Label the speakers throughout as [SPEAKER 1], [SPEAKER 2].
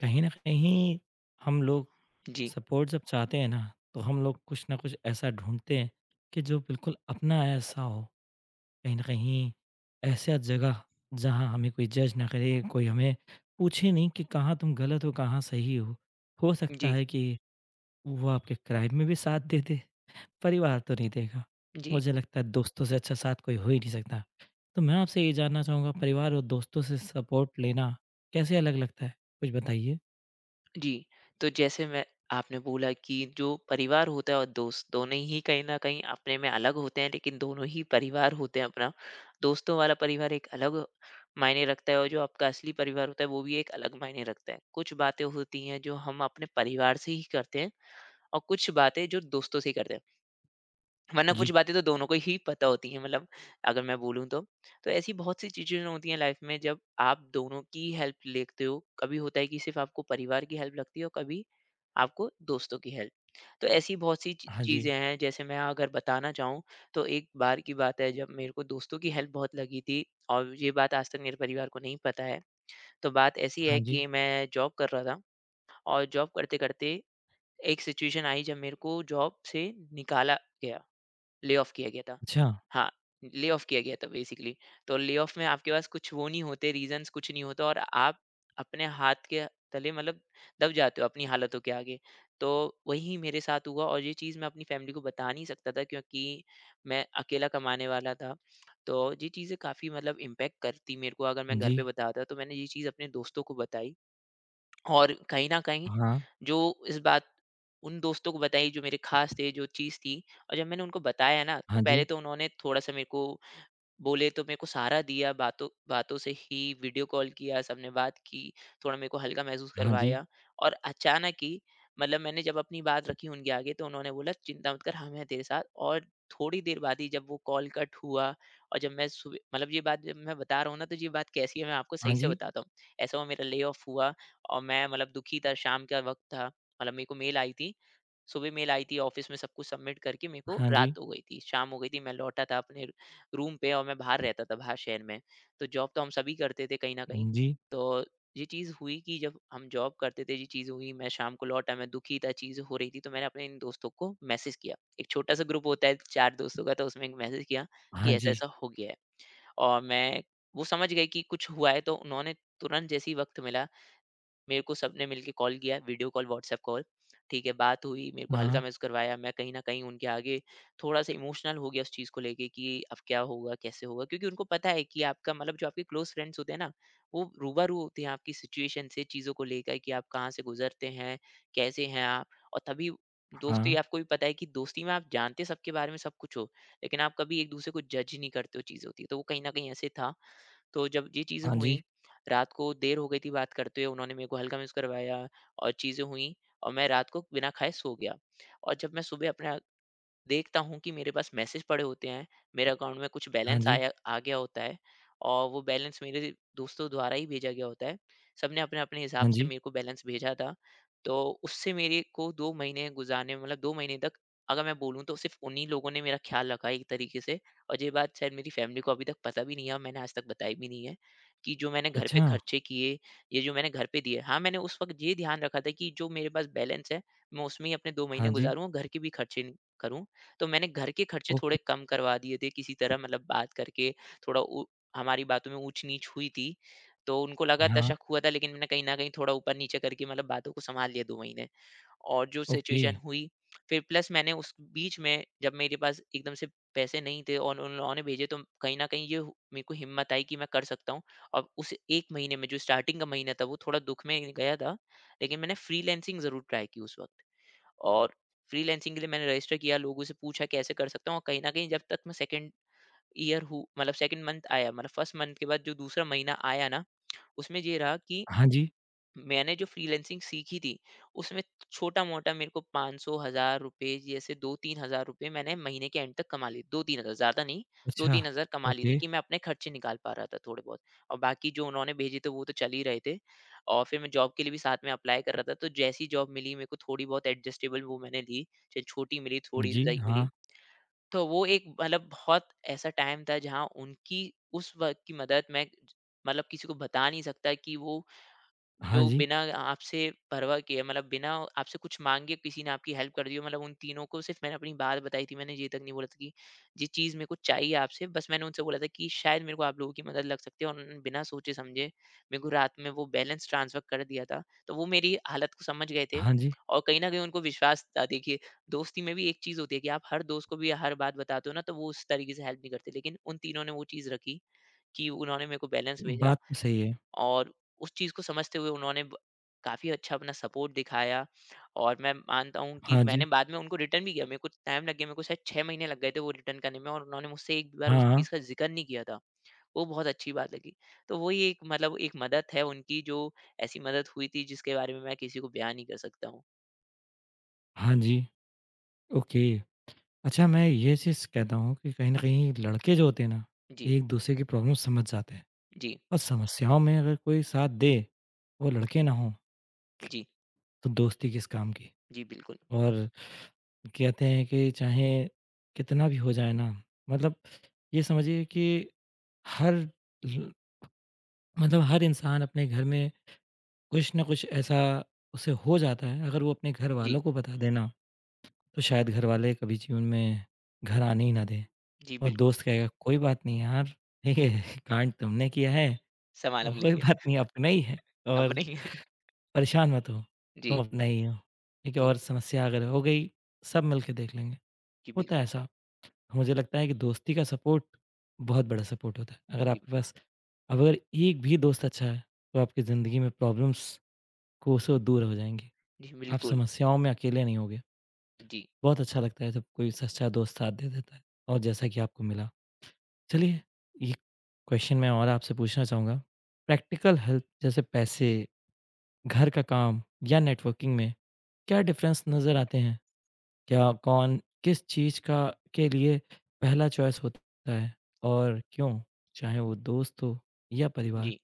[SPEAKER 1] कहीं न कहीं हम लोग
[SPEAKER 2] जी,
[SPEAKER 1] सपोर्ट जब चाहते हैं ना, तो हम लोग कुछ न कुछ ऐसा ढूँढते हैं कि जो बिल्कुल अपना ऐसा हो। कहीं न कहीं ऐसा जगह जहाँ हमें कोई जज ना करे, कोई हमें पूछे नहीं कि कहाँ तुम गलत हो, कहाँ सही हो। हो सकता
[SPEAKER 2] जी,
[SPEAKER 1] है कि वो आपके क्राइम में भी साथ दे दे, परिवार तो नहीं देगा।
[SPEAKER 2] जी,
[SPEAKER 1] मुझे लगता है दोस्तों से अच्छा साथ कोई हो ही नहीं सकता। तो मैं आपसे ये जानना चाहूँगा परिवार और दोस्तों से सपोर्ट लेना कैसे अलग लगता है? कुछ बताइए?
[SPEAKER 2] जी। तो जैसे मैं आपने बोला कि जो परिवार होता है और दोस्त दोनों ही कहीं न कहीं अपने में अलग होते हैं लेकिन दोनों ही परिवार होते हैं अपना। दोस्तों वाला परिवार एक अलग मायने रखता है और जो आपका असली परिवार होता है वो भी एक अलग मायने रखता है। कुछ बातें होती हैं जो हम अपने परिवार से ही करते हैं और कुछ बातें जो दोस्तों से ही करते हैं। वरना कुछ
[SPEAKER 1] जी।
[SPEAKER 2] बातें तो दोनों को ही पता होती हैं, मतलब अगर मैं बोलूँ तो। तो ऐसी बहुत सी चीज़ें होती हैं लाइफ में जब आप दोनों की हेल्प लेते हो। कभी होता है कि सिर्फ़ आपको परिवार की हेल्प लगती है और कभी आपको दोस्तों की हेल्प। तो ऐसी बहुत सी ची
[SPEAKER 1] हाँ जी,
[SPEAKER 2] चीज़ें हैं, जैसे मैं अगर बताना चाहूँ तो एक बार की बात है जब मेरे को दोस्तों की हेल्प बहुत लगी थी और ये बात आज तक मेरे परिवार को नहीं पता है। तो बात ऐसी
[SPEAKER 1] हाँ
[SPEAKER 2] है
[SPEAKER 1] जी,
[SPEAKER 2] कि मैं जॉब कर रहा था और जॉब करते-करते एक सिचुएशन आई जब मेरे को जॉब से निकाला गया, ले ऑफ किया गया था।
[SPEAKER 1] अच्छा,
[SPEAKER 2] हाँ, ले ऑफ किया गया था बेसिकली। तो ले ऑफ में आपके पास कुछ वो नहीं होते, रीज़न्स कुछ नहीं होता और आप अपने हाथ के तले मतलब दब जाते हो अपनी हालतों के आगे। तो वही मेरे साथ हुआ और ये चीज़ मैं अपनी फ़ैमिली को बता नहीं सकता था क्योंकि मैं अकेला कमाने वाला था। तो ये चीज़ें काफ़ी मतलब इम्पैक्ट करती मेरे को अगर मैं घर
[SPEAKER 1] जी,
[SPEAKER 2] पे बताता, तो मैंने ये चीज़ अपने दोस्तों को बताई और कहीं न कहीं
[SPEAKER 1] हाँ,
[SPEAKER 2] जो इस बात उन दोस्तों को बताई जो मेरे ख़ास थे, जो चीज़ थी, और जब मैंने उनको बताया ना, तो
[SPEAKER 1] हाँ जी,
[SPEAKER 2] पहले तो उन्होंने थोड़ा-सा मेरे को बोले, तो मेरे को सहारा दिया, बातों बातों से ही वीडियो कॉल किया, सबने बात की, थोड़ा मेरे को हल्का महसूस
[SPEAKER 1] हाँ जी,
[SPEAKER 2] करवाया और अचानक ही, मतलब मैंने जब अपनी बात रखी उनके आगे तो उन्होंने बोला चिंता मत कर, हम हैं तेरे साथ, और थोड़ी देर बाद ही जब वो कॉल कट हुआ और जब मैं सुबह, मतलब ये बात जब मैं बता रहा हूँ ना, तो ये बात कैसी है मैं आपको सही
[SPEAKER 1] हाँ
[SPEAKER 2] से
[SPEAKER 1] जी,
[SPEAKER 2] बताता हूँ। ऐसा हुआ मेरा ले ऑफ हुआ और मैं मतलब दुखी था, शाम का वक़्त था, मतलब मेरे को मेल आई थी, सुबह मेल आई थी ऑफिस में सब कुछ सबमिट करके मेरे को
[SPEAKER 1] हाँ जी,
[SPEAKER 2] रात हो गई थी, शाम हो गई थी, मैं लौटा था अपने रूम पे और मैं बाहर रहता था, बाहर शहर में, तो जॉब तो हम सभी करते थे कहीं ना कहीं।
[SPEAKER 1] जी,
[SPEAKER 2] तो ये चीज़ हुई कि जब हम जॉब करते थे, ये चीज़ हुई मैं शाम को लौटा, मैं दुखी था, चीज़ हो रही थी, तो मैंने अपने इन दोस्तों को मैसेज किया, एक छोटा सा ग्रुप होता है चार दोस्तों का, तो उसमें एक मैसेज किया कि
[SPEAKER 1] हाँ
[SPEAKER 2] ऐसा
[SPEAKER 1] जी,
[SPEAKER 2] ऐसा हो गया है और मैं, वो समझ गए कि कुछ हुआ है, तो उन्होंने तुरंत जैसे ही वक्त मिला मेरे को सबने मिलके कॉल किया, वीडियो कॉल, व्हाट्सएप कॉल, ठीक है, बात हुई, मेरे को हल्का
[SPEAKER 1] हाँ,
[SPEAKER 2] महसूस करवाया। मैं कहीं न कहीं उनके आगे थोड़ा-सा इमोशनल हो गया उस चीज़ को लेके कि अब क्या होगा, कैसे होगा? क्योंकि उनको पता है कि आपका, मतलब जो आपके क्लोज़ फ्रेंड्स होते हैं ना, वो रूबरू होते हैं आपकी सिचुएशन से, चीज़ों को लेकर कि आप कहाँ से गुज़रते हैं, कैसे हैं आप? और तभी दोस्ती,
[SPEAKER 1] हाँ,
[SPEAKER 2] आपको भी पता है कि दोस्ती में आप जानते सबके बारे में सब कुछ हो, लेकिन आप कभी एक-दूसरे को जज नहीं करते हो, चीज़ होती है। तो वो कहीं न कहीं ऐसे था। तो जब ये चीज़ें
[SPEAKER 1] हाँ
[SPEAKER 2] हुईं,
[SPEAKER 1] जी,
[SPEAKER 2] रात को देर हो गई थी बात करते हुए, उन्होंने मेरे को हल्का महसूस करवाया और चीज़ें हुईं और मैं रात को बिना खाए सो गया। और जब मैं सुबह अपना देखता हूँ कि मेरे पास मैसेज पड़े होते हैं, मेरे अकाउंट में कुछ
[SPEAKER 1] हाँ
[SPEAKER 2] बैलेंस
[SPEAKER 1] जी,
[SPEAKER 2] आया आ गया होता है और वो बैलेंस मेरे दोस्तों द्वारा ही भेजा गया होता है। सबने अपने-अपने हिसाब
[SPEAKER 1] हाँ
[SPEAKER 2] से
[SPEAKER 1] जी,
[SPEAKER 2] मेरे को बैलेंस भेजा था। तो उससे मेरे को 2 महीने गुज़ारने में, मतलब 2 महीने तक अगर मैं बोलूँ तो सिर्फ़ उन्हीं लोगों ने मेरा ख़्याल रखा एक तरीके से, और ये बात शायद मेरी फ़ैमिली को अभी तक पता भी नहीं है और मैंने आज तक बताई भी नहीं है कि जो मैंने घर पे
[SPEAKER 1] अच्छा,
[SPEAKER 2] खर्चे किए, ये जो मैंने घर पे दिए। हाँ, मैंने उस वक़्त ये ध्यान रखा था कि जो मेरे पास बैलेंस है, मैं उसमें ही अपने 2 महीने
[SPEAKER 1] हाँ जी,
[SPEAKER 2] गुज़ारूँ और घर के भी खर्चे करूँ। तो मैंने घर के खर्चे थोड़े
[SPEAKER 1] ओके,
[SPEAKER 2] कम करवा दिए थे किसी तरह, मतलब बात करके, थोड़ा ऊ, हमारी बातों में ऊँच-नीच हुई थी। तो उनको लगा
[SPEAKER 1] हाँ,
[SPEAKER 2] तशक हुआ था, लेकिन मैंने कहीं न कहीं थोड़ा ऊपर-नीचे करके मतलब बातों को सँभाल लिया 2 महीने। और जो
[SPEAKER 1] ओके,
[SPEAKER 2] सिचुएशन हुई, फिर प्लस मैंने उस बीच में जब मेरे पास एकदम से पैसे नहीं थे और उन लोगों ने भेजे, तो कहीं न कहीं मेरे को हिम्मत आई कि मैं कर सकता हूँ। और उस 1 महीने में जो स्टार्टिंग का महीना था वो थोड़ा दुःख में गया था। लेकिन मैंने फ्रीलांसिंग ज़रूर ट्राई की उस वक़्त। और फ्रीलांसिंग के लिए मैंने रजिस्टर किया, लोगों से पूछा कैसे कर सकता हूँ, और कहीं न कहीं जब तक मैं सेकंड ईयर हूँ, मतलब सेकंड मंथ आया, मतलब फर्स्ट मंथ के बाद जो दूसरा महीना आया ना, उसमें ये रहा कि
[SPEAKER 1] हाँ जी,
[SPEAKER 2] मैंने जो फ्रीलैंसिंग सीखी थी उसमें छोटा मोटा मेरे को 500 हजार रुपए जैसे 2-3 हजार रुपए मैंने महीने के एंड तक कमा लिए, 2-3 हजार ज्यादा नहीं,
[SPEAKER 1] अच्छा,
[SPEAKER 2] 2-3 हजार कमा लिए थे
[SPEAKER 1] ओके,
[SPEAKER 2] कि मैं अपने खर्चे निकाल पा रहा था थोड़े बहुत, और बाकी जो उन्होंने भेजे थे वो तो चल ही रहे थे, और फिर मैं जॉब के लिए भी साथ में अप्लाई कर रहा था, तो जैसी जॉब मिली मेरे को थोड़ी बहुत एडजस्टेबल वो मैंने ली, चाहे छोटी मिली, थोड़ी
[SPEAKER 1] जी,
[SPEAKER 2] लाइक मिली।
[SPEAKER 1] हाँ,
[SPEAKER 2] तो वो एक मतलब बहुत ऐसा टाइम था जहाँ उनकी उस वक्त की मदद मैं मतलब किसी को बता नहीं सकता कि वो जो
[SPEAKER 1] हाँ जी,
[SPEAKER 2] बिना आपसे परवाह किए, मतलब बिना आपसे कुछ माँगे किसी ने आपकी हेल्प कर दी हो। मतलब उन तीनों को सिर्फ़ मैंने अपनी बात बताई थी। मैंने ये तक नहीं बोला था कि ये चीज़ मेरे को चाहिए आपसे। बस मैंने उनसे बोला था कि शायद मेरे को आप लोगों की मदद लग सकती है, और उन्होंने बिना सोचे-समझे मेरे को रात में वो बैलेंस ट्रांसफ़र कर दिया था। तो वो मेरी हालत को समझ गए थे
[SPEAKER 1] हाँ जी,
[SPEAKER 2] और कहीं न कहीं उनको विश्वास था। देखिए, दोस्ती में भी एक चीज़ होती है कि आप हर दोस्त को भी हर बात बताते हो ना, तो वो उस तरीके से हेल्प नहीं करते। लेकिन उन तीनों ने वो चीज़ रखी कि उन्होंने मेरे को बैलेंस भेजा।
[SPEAKER 1] बात तो सही है,
[SPEAKER 2] और उस चीज़ को समझते हुए उन्होंने ब काफ़ी अच्छा अपना सपोर्ट दिखाया, और मैं मानता हूँ कि
[SPEAKER 1] हाँ
[SPEAKER 2] मैंने
[SPEAKER 1] जी,
[SPEAKER 2] बाद में उनको रिटर्न भी किया। मेरे को टाइम लग गया, मेरे को शायद 6 महीने लग गए थे वो रिटर्न करने में, और उन्होंने मुझसे एक भी बार उस
[SPEAKER 1] हाँ,
[SPEAKER 2] चीज़ का ज़िक्र नहीं किया था। वो बहुत अच्छी बात लगी। तो वही एक मतलब एक मदद है उनकी जो ऐसी मदद हुई थी जिसके बारे में मैं किसी को बयान नहीं कर सकता हूँ।
[SPEAKER 1] हाँ जी, ओके। अच्छा, मैं ये चीज़ कहता हूँ कि कहीं न कहीं लड़के जो होते हैं ना,
[SPEAKER 2] जी,
[SPEAKER 1] एक-दूसरे की प्रॉब्लम समझ जाते हैं।
[SPEAKER 2] जी,
[SPEAKER 1] और समस्याओं में अगर कोई साथ दे, वो लड़के ना हों,
[SPEAKER 2] जी,
[SPEAKER 1] तो दोस्ती किस काम की?
[SPEAKER 2] जी, बिल्कुल।
[SPEAKER 1] और कहते हैं कि चाहे कितना भी हो जाए ना, मतलब ये समझिए कि हर ल मतलब हर इंसान अपने घर में कुछ न कुछ ऐसा उसे हो जाता है, अगर वो अपने
[SPEAKER 2] जी,
[SPEAKER 1] घरवालों को बता दे ना, तो शायद घरवाले कभी जीवन में घर आने ही ना दें।
[SPEAKER 2] जी,
[SPEAKER 1] और
[SPEAKER 2] बिल्कुल।
[SPEAKER 1] दोस्त कहेगा, "कोई बात नहीं यार, ठीक है, कांड तुमने किया है
[SPEAKER 2] संभाल हम
[SPEAKER 1] और कोई
[SPEAKER 2] लेंगे,
[SPEAKER 1] बात नहीं, अपना ही है।"
[SPEAKER 2] अपने
[SPEAKER 1] और
[SPEAKER 2] ही
[SPEAKER 1] परेशान मत हो,
[SPEAKER 2] जी,
[SPEAKER 1] तुम अपना ही हो, ठीक है?
[SPEAKER 2] जी,
[SPEAKER 1] और समस्या अगर हो गई, सब मिल के देख लेंगे।
[SPEAKER 2] जी,
[SPEAKER 1] होता है
[SPEAKER 2] बिल्कुल।
[SPEAKER 1] ऐसा, मुझे लगता है कि दोस्ती का सपोर्ट बहुत बड़ा सपोर्ट होता है। अगर
[SPEAKER 2] जी,
[SPEAKER 1] आपके पास अगर एक भी दोस्त अच्छा है, तो आपकी ज़िंदगी में प्रॉब्लम्स कोसों दूर हो जाएँगी।
[SPEAKER 2] जी,
[SPEAKER 1] आप
[SPEAKER 2] बिल्कुल।
[SPEAKER 1] समस्याओं में अकेले नहीं होगे।
[SPEAKER 2] जी,
[SPEAKER 1] बहुत अच्छा लगता है जब कोई सच्चा दोस्त साथ दे देता है और जैसा कि आपको मिला। चलिए, एक क्वेश्चन मैं और आपसे पूछना चाहूँगा। प्रैक्टिकल हेल्प जैसे पैसे, घर का काम या नेटवर्किंग में क्या डिफरेंस नज़र आते हैं? क्या कौन किस चीज़ का के लिए पहला चॉइस होता है और क्यों? चाहे वो दोस्त हो या परिवार,
[SPEAKER 2] जी।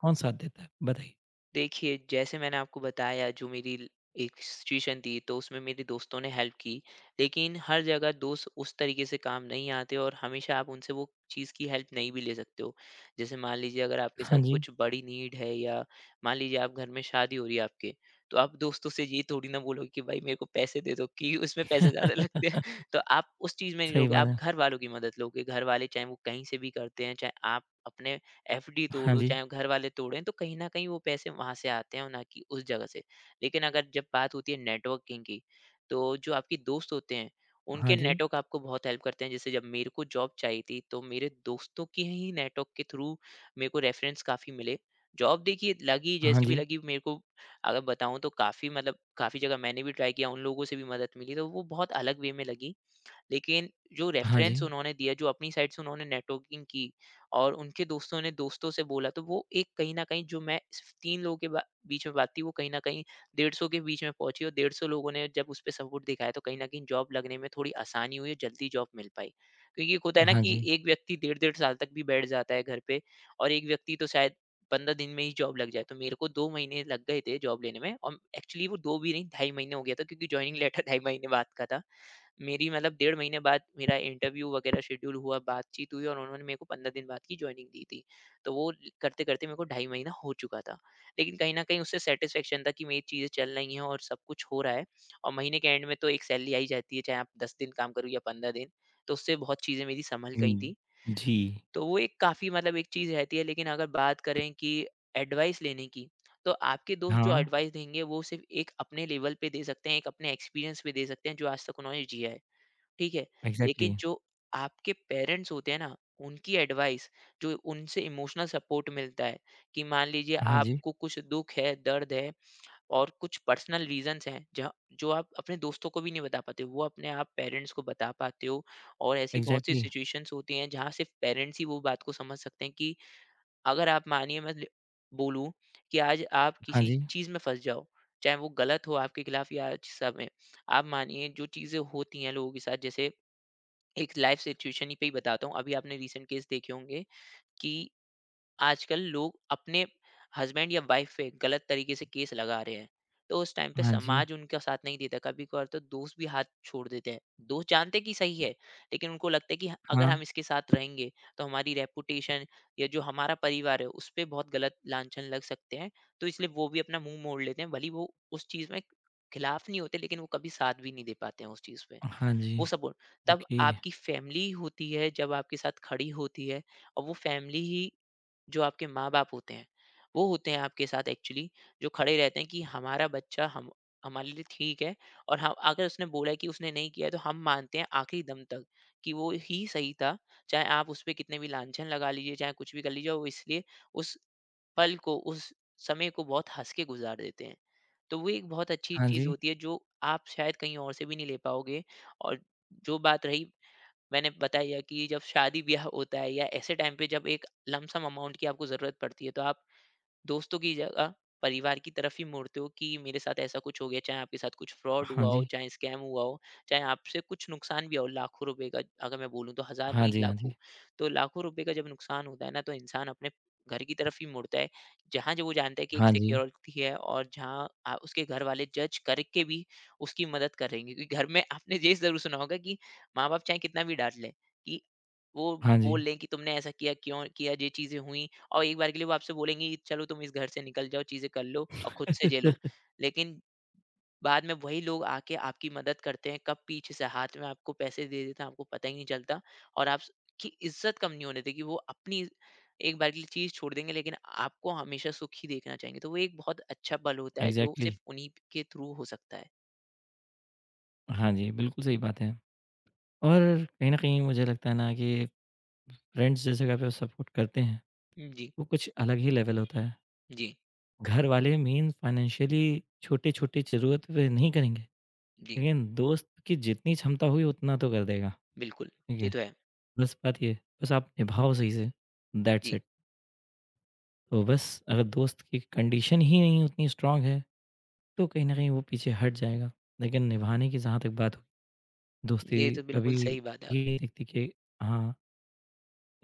[SPEAKER 1] कौन साथ देता है? बताइए।
[SPEAKER 2] देखिए, जैसे मैंने आपको बताया जो मेरी ल एक सिचुएशन थी, तो उसमें मेरे दोस्तों ने हेल्प की। लेकिन हर जगह दोस्त उस तरीके से काम नहीं आते और हमेशा आप उनसे वो चीज़ की हेल्प नहीं भी ले सकते हो। जैसे मान लीजिए अगर आपके
[SPEAKER 1] हाँ
[SPEAKER 2] साथ
[SPEAKER 1] जी।
[SPEAKER 2] कुछ बड़ी नीड है, या मान लीजिए आप घर में शादी हो रही है आपके, तो आप दोस्तों से ये थोड़ी ना बोलोगे कि भाई मेरे को पैसे दे दो कि उसमें पैसे ज़्यादा लगते हैं। तो आप उस चीज़ में नहीं
[SPEAKER 1] सही
[SPEAKER 2] लोगे,
[SPEAKER 1] बात
[SPEAKER 2] आप
[SPEAKER 1] है।
[SPEAKER 2] घरवालों की मदद लोगे। घरवाले चाहे वो कहीं से भी करते हैं, चाहे आप अपने एफडी
[SPEAKER 1] हाँ
[SPEAKER 2] तोड़ो,
[SPEAKER 1] जी,
[SPEAKER 2] चाहे घर वाले तोड़ें, तो कहीं न कहीं वो पैसे वहाँ से आते हैं और ना कि उस जगह से। लेकिन अगर जब बात होती है नेटवर्किंग की, तो जो आपके दोस्त होते हैं,
[SPEAKER 1] हाँ
[SPEAKER 2] उनके
[SPEAKER 1] जी,
[SPEAKER 2] नेटवर्क आपको बहुत हेल्प करते हैं। जैसे जब मेरे को जॉब चाहिए थी, तो मेरे दोस्तों के ही नेटवर्क के थ्रू मेरे को रेफरेंस काफ़ी मिले। जॉब देखिए लगी,
[SPEAKER 1] हाँ
[SPEAKER 2] जैसी भी
[SPEAKER 1] जी,
[SPEAKER 2] लगी मेरे को, अगर बताऊँ तो काफ़ी मतलब काफ़ी जगह मैंने भी ट्राई किया, उन लोगों से भी मदद मिली, तो वो बहुत अलग वे में लगी। लेकिन जो
[SPEAKER 1] हाँ जी,
[SPEAKER 2] रेफरेंस उन्होंने दिया, जो अपनी साइड से उन्होंने नेटवर्किंग की और उनके दोस्तों ने दोस्तों से बोला, तो वो एक कहीं न कहीं जो मैं सिर्फ़ 3 लोगों के बा बीच में बात थी, वो कहीं न कहीं 150 के बीच में पहुँची, और 150 लोगों ने जब उसपे सपोर्ट दिखाया, तो कहीं न कहीं जॉब लगने में थोड़ी आसानी हुई और जल्दी जॉब मिल पाई। क्योंकि एक होता है ना
[SPEAKER 1] हाँ
[SPEAKER 2] कि
[SPEAKER 1] जी।
[SPEAKER 2] एक व्यक्ति डेढ़ डेढ़ साल तक भी बैठ जाता है घर पे, और एक व्यक्ति तो शायद 15 दिन में ही जॉब लग जाए। तो मेरे को 2 महीने लग गए थे जॉब लेने में, और एक्चुअली वो 2 भी नहीं, ढाई महीने हो गया था, क्योंकि जॉइनिंग लेटर ढाई महीने बाद का था। मेरी मतलब डेढ़ महीने बाद मेरा इंटरव्यू वगैरह शेड्यूल हुआ, बातचीत हुई, और उन्होंने मेरे को 15 दिन बाद की जॉइनिंग दी थी। तो वो करते-करते मेरे को ढाई महीना हो चुका था। लेकिन कहीं न कहीं उससे सैटिस्फैक्शन था कि मेरी चीज़ें चल रही हैं और सब कुछ हो रहा है, और महीने के एंड में तो एक सैलरी आ ही जाती है, चाहे आप 10 दिन काम करो या 15 दिन। तो उससे बहुत चीज़ें मेरी सँभल गई
[SPEAKER 1] हुँ,
[SPEAKER 2] थी।
[SPEAKER 1] जी।
[SPEAKER 2] तो वो एक काफ़ी मतलब एक चीज़ रहती है, लेकिन अगर बात करें कि एडवाइस लेने की, तो आपके दोस्त जो
[SPEAKER 1] हाँ,
[SPEAKER 2] एडवाइस देंगे वो सिर्फ़ एक अपने लेवल पे दे सकते हैं, एक अपने एक्सपीरियंस पे दे सकते हैं जो आज तक उन्होंने जिया है। ठीक है? लेकिन
[SPEAKER 1] एग्ज़ैक्टली।
[SPEAKER 2] जो आपके पेरेंट्स होते हैं ना, उनकी एडवाइस, जो उनसे इमोशनल सपोर्ट मिलता है, कि मान लीजिए
[SPEAKER 1] हाँ जी,
[SPEAKER 2] आपको कुछ दुःख है, दर्द है, और कुछ पर्सनल रीज़न्स हैं, जहाँ जो आप अपने दोस्तों को भी नहीं बता पाते हो, वो अपने आप पेरेंट्स को बता पाते हो। और ऐसी बहुत सी
[SPEAKER 1] एग्ज़ैक्टली।
[SPEAKER 2] सिचुएशंस होती हैं जहाँ सिर्फ़ पेरेंट्स ही वो बात को समझ सकते हैं, कि अगर आप मानिए मैं ल बोलूँ कि आज आप
[SPEAKER 1] हाँ
[SPEAKER 2] किसी
[SPEAKER 1] जी,
[SPEAKER 2] चीज़ में फँस जाओ, चाहे वो गलत हो आपके खिलाफ या अच्छा में। आप मानिए, जो चीज़ें होती हैं लोगों के साथ, जैसे एक लाइफ सिचुएशन ही पे ही बताता हूँ। अभी आपने रिसेंट केस देखे होंगे कि आजकल लोग अपने हस्बैंड या वाइफ पे गलत तरीके से केस लगा रहे हैं। तो उस टाइम पे
[SPEAKER 1] हाँ जी,
[SPEAKER 2] समाज उनका साथ नहीं देता। कभी-कभार तो दोस्त भी हाथ छोड़ देते हैं। दोस्त जानते हैं कि सही है, लेकिन उनको लगता है कि अगर
[SPEAKER 1] हाँ,
[SPEAKER 2] हम इसके साथ रहेंगे, तो हमारी रेपुटेशन या जो हमारा परिवार है उस पे बहुत गलत लांछन लग सकते हैं। तो इसलिए वो भी अपना मुँह मोड़ लेते हैं। भले ही वो उस चीज़ में खिलाफ नहीं होते, लेकिन वो कभी साथ भी नहीं दे पाते हैं उस चीज़ पे।
[SPEAKER 1] हाँ जी।
[SPEAKER 2] वो सब बोल, तब
[SPEAKER 1] ओके।
[SPEAKER 2] आपकी फैमिली होती है जब आपके साथ खड़ी होती है। और वो फैमिली ही, जो आपके माँ बाप होते हैं, वो होते हैं आपके साथ एक्चुअली, जो खड़े रहते हैं कि हमारा बच्चा, हम हमारे लिए ठीक है, और हम अगर उसने बोला है कि उसने नहीं किया है, तो हम मानते हैं आखिरी दम तक कि वो ही सही था। चाहे आप उस पर कितने भी लांछन लगा लीजिए, चाहे कुछ भी कर लीजिए, वो इसलिए उस पल को, उस समय को बहुत हंस के गुजार देते हैं। तो वो एक बहुत अच्छी
[SPEAKER 1] हाँ
[SPEAKER 2] चीज
[SPEAKER 1] जी,
[SPEAKER 2] होती है जो आप शायद कहीं और से भी नहीं ले पाओगे। और जो बात रही, मैंने बताया कि जब शादी-ब्याह होता है या ऐसे टाइम पे जब एक लमसम अमाउंट की आपको ज़रूरत पड़ती है, तो आप दोस्तों की जगह परिवार की तरफ ही मुड़ते हो कि मेरे साथ ऐसा कुछ हो गया, चाहे आपके साथ कुछ फ्रॉड
[SPEAKER 1] हाँ
[SPEAKER 2] हुआ हो,
[SPEAKER 1] जी,
[SPEAKER 2] चाहे स्कैम हुआ हो, चाहे आपसे कुछ नुकसान भी हुआ हो, लाखों रुपए का। अगर मैं बोलूँ तो हज़ार
[SPEAKER 1] हाँ
[SPEAKER 2] नहीं,
[SPEAKER 1] जी, हाँ
[SPEAKER 2] लाखों।
[SPEAKER 1] जी,
[SPEAKER 2] तो लाखों रुपए का जब नुकसान होता है ना, तो इंसान अपने घर की तरफ ही मुड़ता है, जहाँ जो वो जानता है कि एक
[SPEAKER 1] हाँ जी,
[SPEAKER 2] सिक्योरिटी है, और जहाँ उसके घर वाले जज करके भी उसकी मदद करेंगे। क्योंकि घर में आपने ये ज़रूर सुना होगा कि माँ-बाप चाहे कितना भी डाँट लें, कि वो
[SPEAKER 1] हाँ जी।
[SPEAKER 2] बोल लें कि तुमने ऐसा किया, क्यों किया, ये चीज़ें हुई, और एक बार के लिए वो आपसे बोलेंगे कि चलो तुम इस घर से निकल जाओ, चीज़ें कर लो और खुद से झेलो। लेकिन बाद में वही लोग आके आपकी मदद करते हैं, कब पीछे से हाथ में आपको पैसे दे देते हैं, आपको पता ही नहीं चलता, और आप की इज़्ज़त कम नहीं होने देते, कि वो अपनी एक बार के लिए चीज़ छोड़ देंगे, लेकिन आपको हमेशा सुख ही देखना चाहेंगे। तो वो एक बहुत अच्छा पल होता है जो
[SPEAKER 1] एग्ज़ैक्टली।
[SPEAKER 2] सिर्फ़ उन्हीं के थ्रू हो सकता है।
[SPEAKER 1] हाँ जी, बिल्कुल सही बात है। और कहीं न कहीं मुझे लगता है ना कि फ्रेंड्स जिस जगह पे सपोर्ट करते हैं,
[SPEAKER 2] जी,
[SPEAKER 1] वो कुछ अलग ही लेवल होता है।
[SPEAKER 2] जी,
[SPEAKER 1] घरवाले मेन फाइनेंशियली छोटे-छोटे ज़रूरत पे नहीं करेंगे,
[SPEAKER 2] जी,
[SPEAKER 1] लेकिन दोस्त की जितनी क्षमता हुई उतना तो कर देगा,
[SPEAKER 2] बिल्कुल।
[SPEAKER 1] ठीक
[SPEAKER 2] ये
[SPEAKER 1] है?
[SPEAKER 2] तो है।
[SPEAKER 1] बस बात ये है, बस आप निभाओ सही से, दैट्स
[SPEAKER 2] जी,
[SPEAKER 1] इट। तो बस अगर दोस्त की कंडीशन ही नहीं उतनी स्ट्रॉन्ग है, तो कहीं न कहीं वो पीछे हट जाएगा। लेकिन निभाने की जहाँ तक बात हो, दोस्ती
[SPEAKER 2] ये तो बिल्कुल
[SPEAKER 1] कभी
[SPEAKER 2] सही बात है
[SPEAKER 1] ये नहीं
[SPEAKER 2] आपकी।
[SPEAKER 1] दिखती कि हाँ,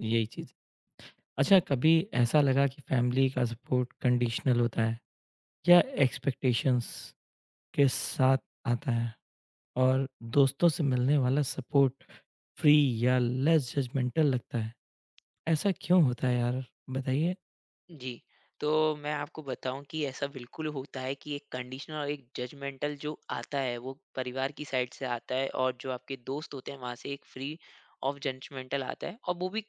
[SPEAKER 1] यही चीज़ है। अच्छा, कभी ऐसा लगा कि फैमिली का सपोर्ट कंडीशनल होता है या एक्सपेक्टेशंस के साथ आता है और दोस्तों से मिलने वाला सपोर्ट फ्री या लेस जजमेंटल लगता है, ऐसा क्यों होता है यार? बताइए।
[SPEAKER 2] जी, तो मैं आपको बताऊँ कि ऐसा बिल्कुल होता है, कि एक कंडीशनल और एक जजमेंटल जो आता है, वो परिवार की साइड से आता है, और जो आपके दोस्त होते हैं, वहाँ से एक फ्री ऑफ जजमेंटल आता है। और वो भी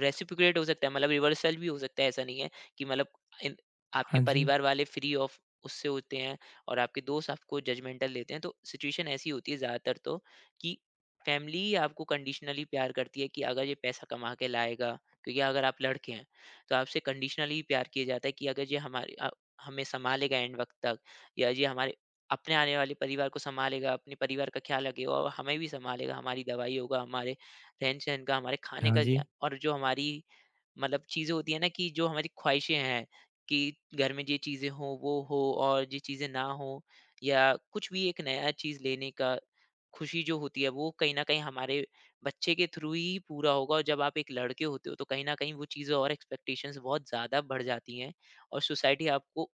[SPEAKER 2] रेसिप्रोकेट हो सकता है, मतलब रिवर्सल भी हो सकता है। ऐसा नहीं है कि मतलब इन- आपके
[SPEAKER 1] हाँ जी,
[SPEAKER 2] परिवार वाले फ्री ऑफ उससे होते हैं और आपके दोस्त आपको जजमेंटल देते हैं। तो सिचुएशन ऐसी होती है ज़्यादातर तो, कि फैमिली ही आपको कंडीशनली प्यार करती है कि अगर ये पैसा कमा के लाएगा, क्योंकि अगर आप लड़के हैं तो आपसे कंडीशनली प्यार किया जाता है कि अगर ये हमारे हमें संभालेगा एंड वक्त तक, या ये हमारे अपने आने वाले परिवार को संभालेगा, अपने परिवार का ख्याल रखेगा, और हमें भी संभालेगा, हमारी दवाई होगा, हमारे रहन-सहन का, हमारे खाने
[SPEAKER 1] हाँ
[SPEAKER 2] का
[SPEAKER 1] जी,
[SPEAKER 2] और जो हमारी मतलब चीज़ें होती हैं ना, कि जो हमारी ख़्वाहिशें हैं कि घर में ये चीज़ें हों, वो हो और ये चीज़ें ना हों, या कुछ भी एक नया चीज़ लेने का खुशी जो होती है, वो कहीं न कहीं हमारे बच्चे के थ्रू ही पूरा होगा। और जब आप एक लड़के होते हो, तो कहीं न कहीं वो चीज़ें और एक्सपेक्टेशंस बहुत ज़्यादा बढ़ जाती हैं, और सोसाइटी आपको,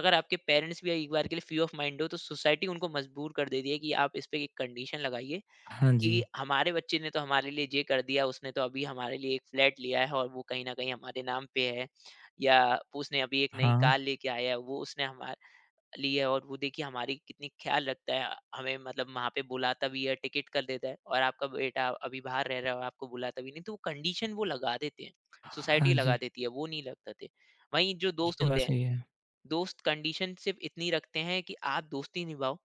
[SPEAKER 2] अगर आपके पेरेंट्स भी एक बार के लिए फ्री ऑफ माइंड हो, तो सोसाइटी उनको मजबूर कर देती है कि आप इस पे एक कंडीशन लगाइए,
[SPEAKER 1] हाँ
[SPEAKER 2] कि
[SPEAKER 1] जी,
[SPEAKER 2] हमारे बच्चे ने तो हमारे लिए ये कर दिया, उसने तो अभी हमारे लिए एक फ्लैट लिया है और वो कहीं न कहीं हमारे नाम पे है, या उसने अभी एक नई
[SPEAKER 1] हाँ,
[SPEAKER 2] कार लेके आया है, वो उसने हमारे लिए है, और वो देखिए हमारी कितनी ख्याल रखता है। हमें मतलब वहाँ पे बुलाता भी है, टिकट कर देता है, और आपका बेटा अभी बाहर रह रहा है और आपको बुलाता भी नहीं, तो वो कंडीशन वो लगा देते हैं,
[SPEAKER 1] हाँ
[SPEAKER 2] सोसाइटी लगा
[SPEAKER 1] जी,
[SPEAKER 2] देती है, वो नहीं लगाते। वहीं जो दोस्त
[SPEAKER 1] ये बात
[SPEAKER 2] होते हैं,
[SPEAKER 1] सही है।
[SPEAKER 2] दोस्त कंडीशन सिर्फ़ इतनी रखते हैं कि आप दोस्ती निभाओ।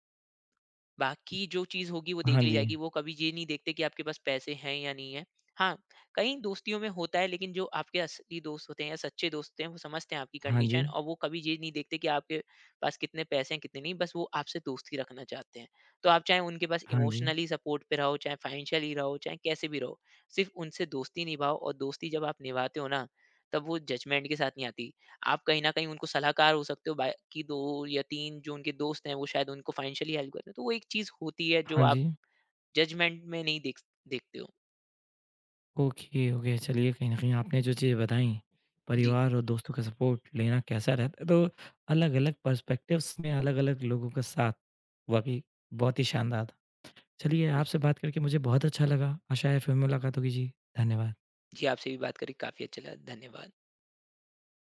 [SPEAKER 2] बाकी जो चीज़ होगी वो
[SPEAKER 1] हाँ
[SPEAKER 2] देख ली
[SPEAKER 1] जी,
[SPEAKER 2] जाएगी, वो कभी ये नहीं देखते कि आपके पास पैसे हैं या नहीं है। हाँ, कई दोस्तियों में होता है, लेकिन जो आपके असली दोस्त होते हैं या सच्चे दोस्त होते हैं, वो समझते हैं आपकी
[SPEAKER 1] हाँ
[SPEAKER 2] कंडीशन,
[SPEAKER 1] जी,
[SPEAKER 2] और वो कभी ये नहीं देखते कि आपके पास कितने पैसे हैं, कितने नहीं, बस वो आपसे दोस्ती रखना चाहते हैं। तो आप चाहे उनके पास
[SPEAKER 1] हाँ जी,
[SPEAKER 2] इमोशनली सपोर्ट पे रहो, चाहे फाइनेंशियली रहो, चाहे कैसे भी रहो, सिर्फ़ उनसे दोस्ती निभाओ। और दोस्ती जब आप निभाते हो ना, तब वो जजमेंट के साथ नहीं आती। आप कहीं न कहीं उनको सलाहकार हो सकते हो, बाकी 2 या 3 जो उनके दोस्त हैं, वो शायद उनको फाइनेंशियली हेल्प करते हैं। तो वो एक चीज़ होती है जो
[SPEAKER 1] हाँ
[SPEAKER 2] आप
[SPEAKER 1] जी।
[SPEAKER 2] जजमेंट में नहीं देखते हो।
[SPEAKER 1] Okay, okay. चलिए, कहीं न कहीं आपने जो चीज़ें बताई,
[SPEAKER 2] जी,
[SPEAKER 1] परिवार और दोस्तों का सपोर्ट लेना कैसा रहता है, तो अलग-अलग पर्सपेक्टिव्स में अलग-अलग लोगों के साथ, वाक़ई बहुत ही शानदार था। चलिए,
[SPEAKER 2] जी।
[SPEAKER 1] आपसे बात करके मुझे बहुत अच्छा लगा। आशा है फिर मुलाकात होगी जी, धन्यवाद।
[SPEAKER 2] जी, आपसे भी बात करके काफ़ी अच्छा लगा। धन्यवाद।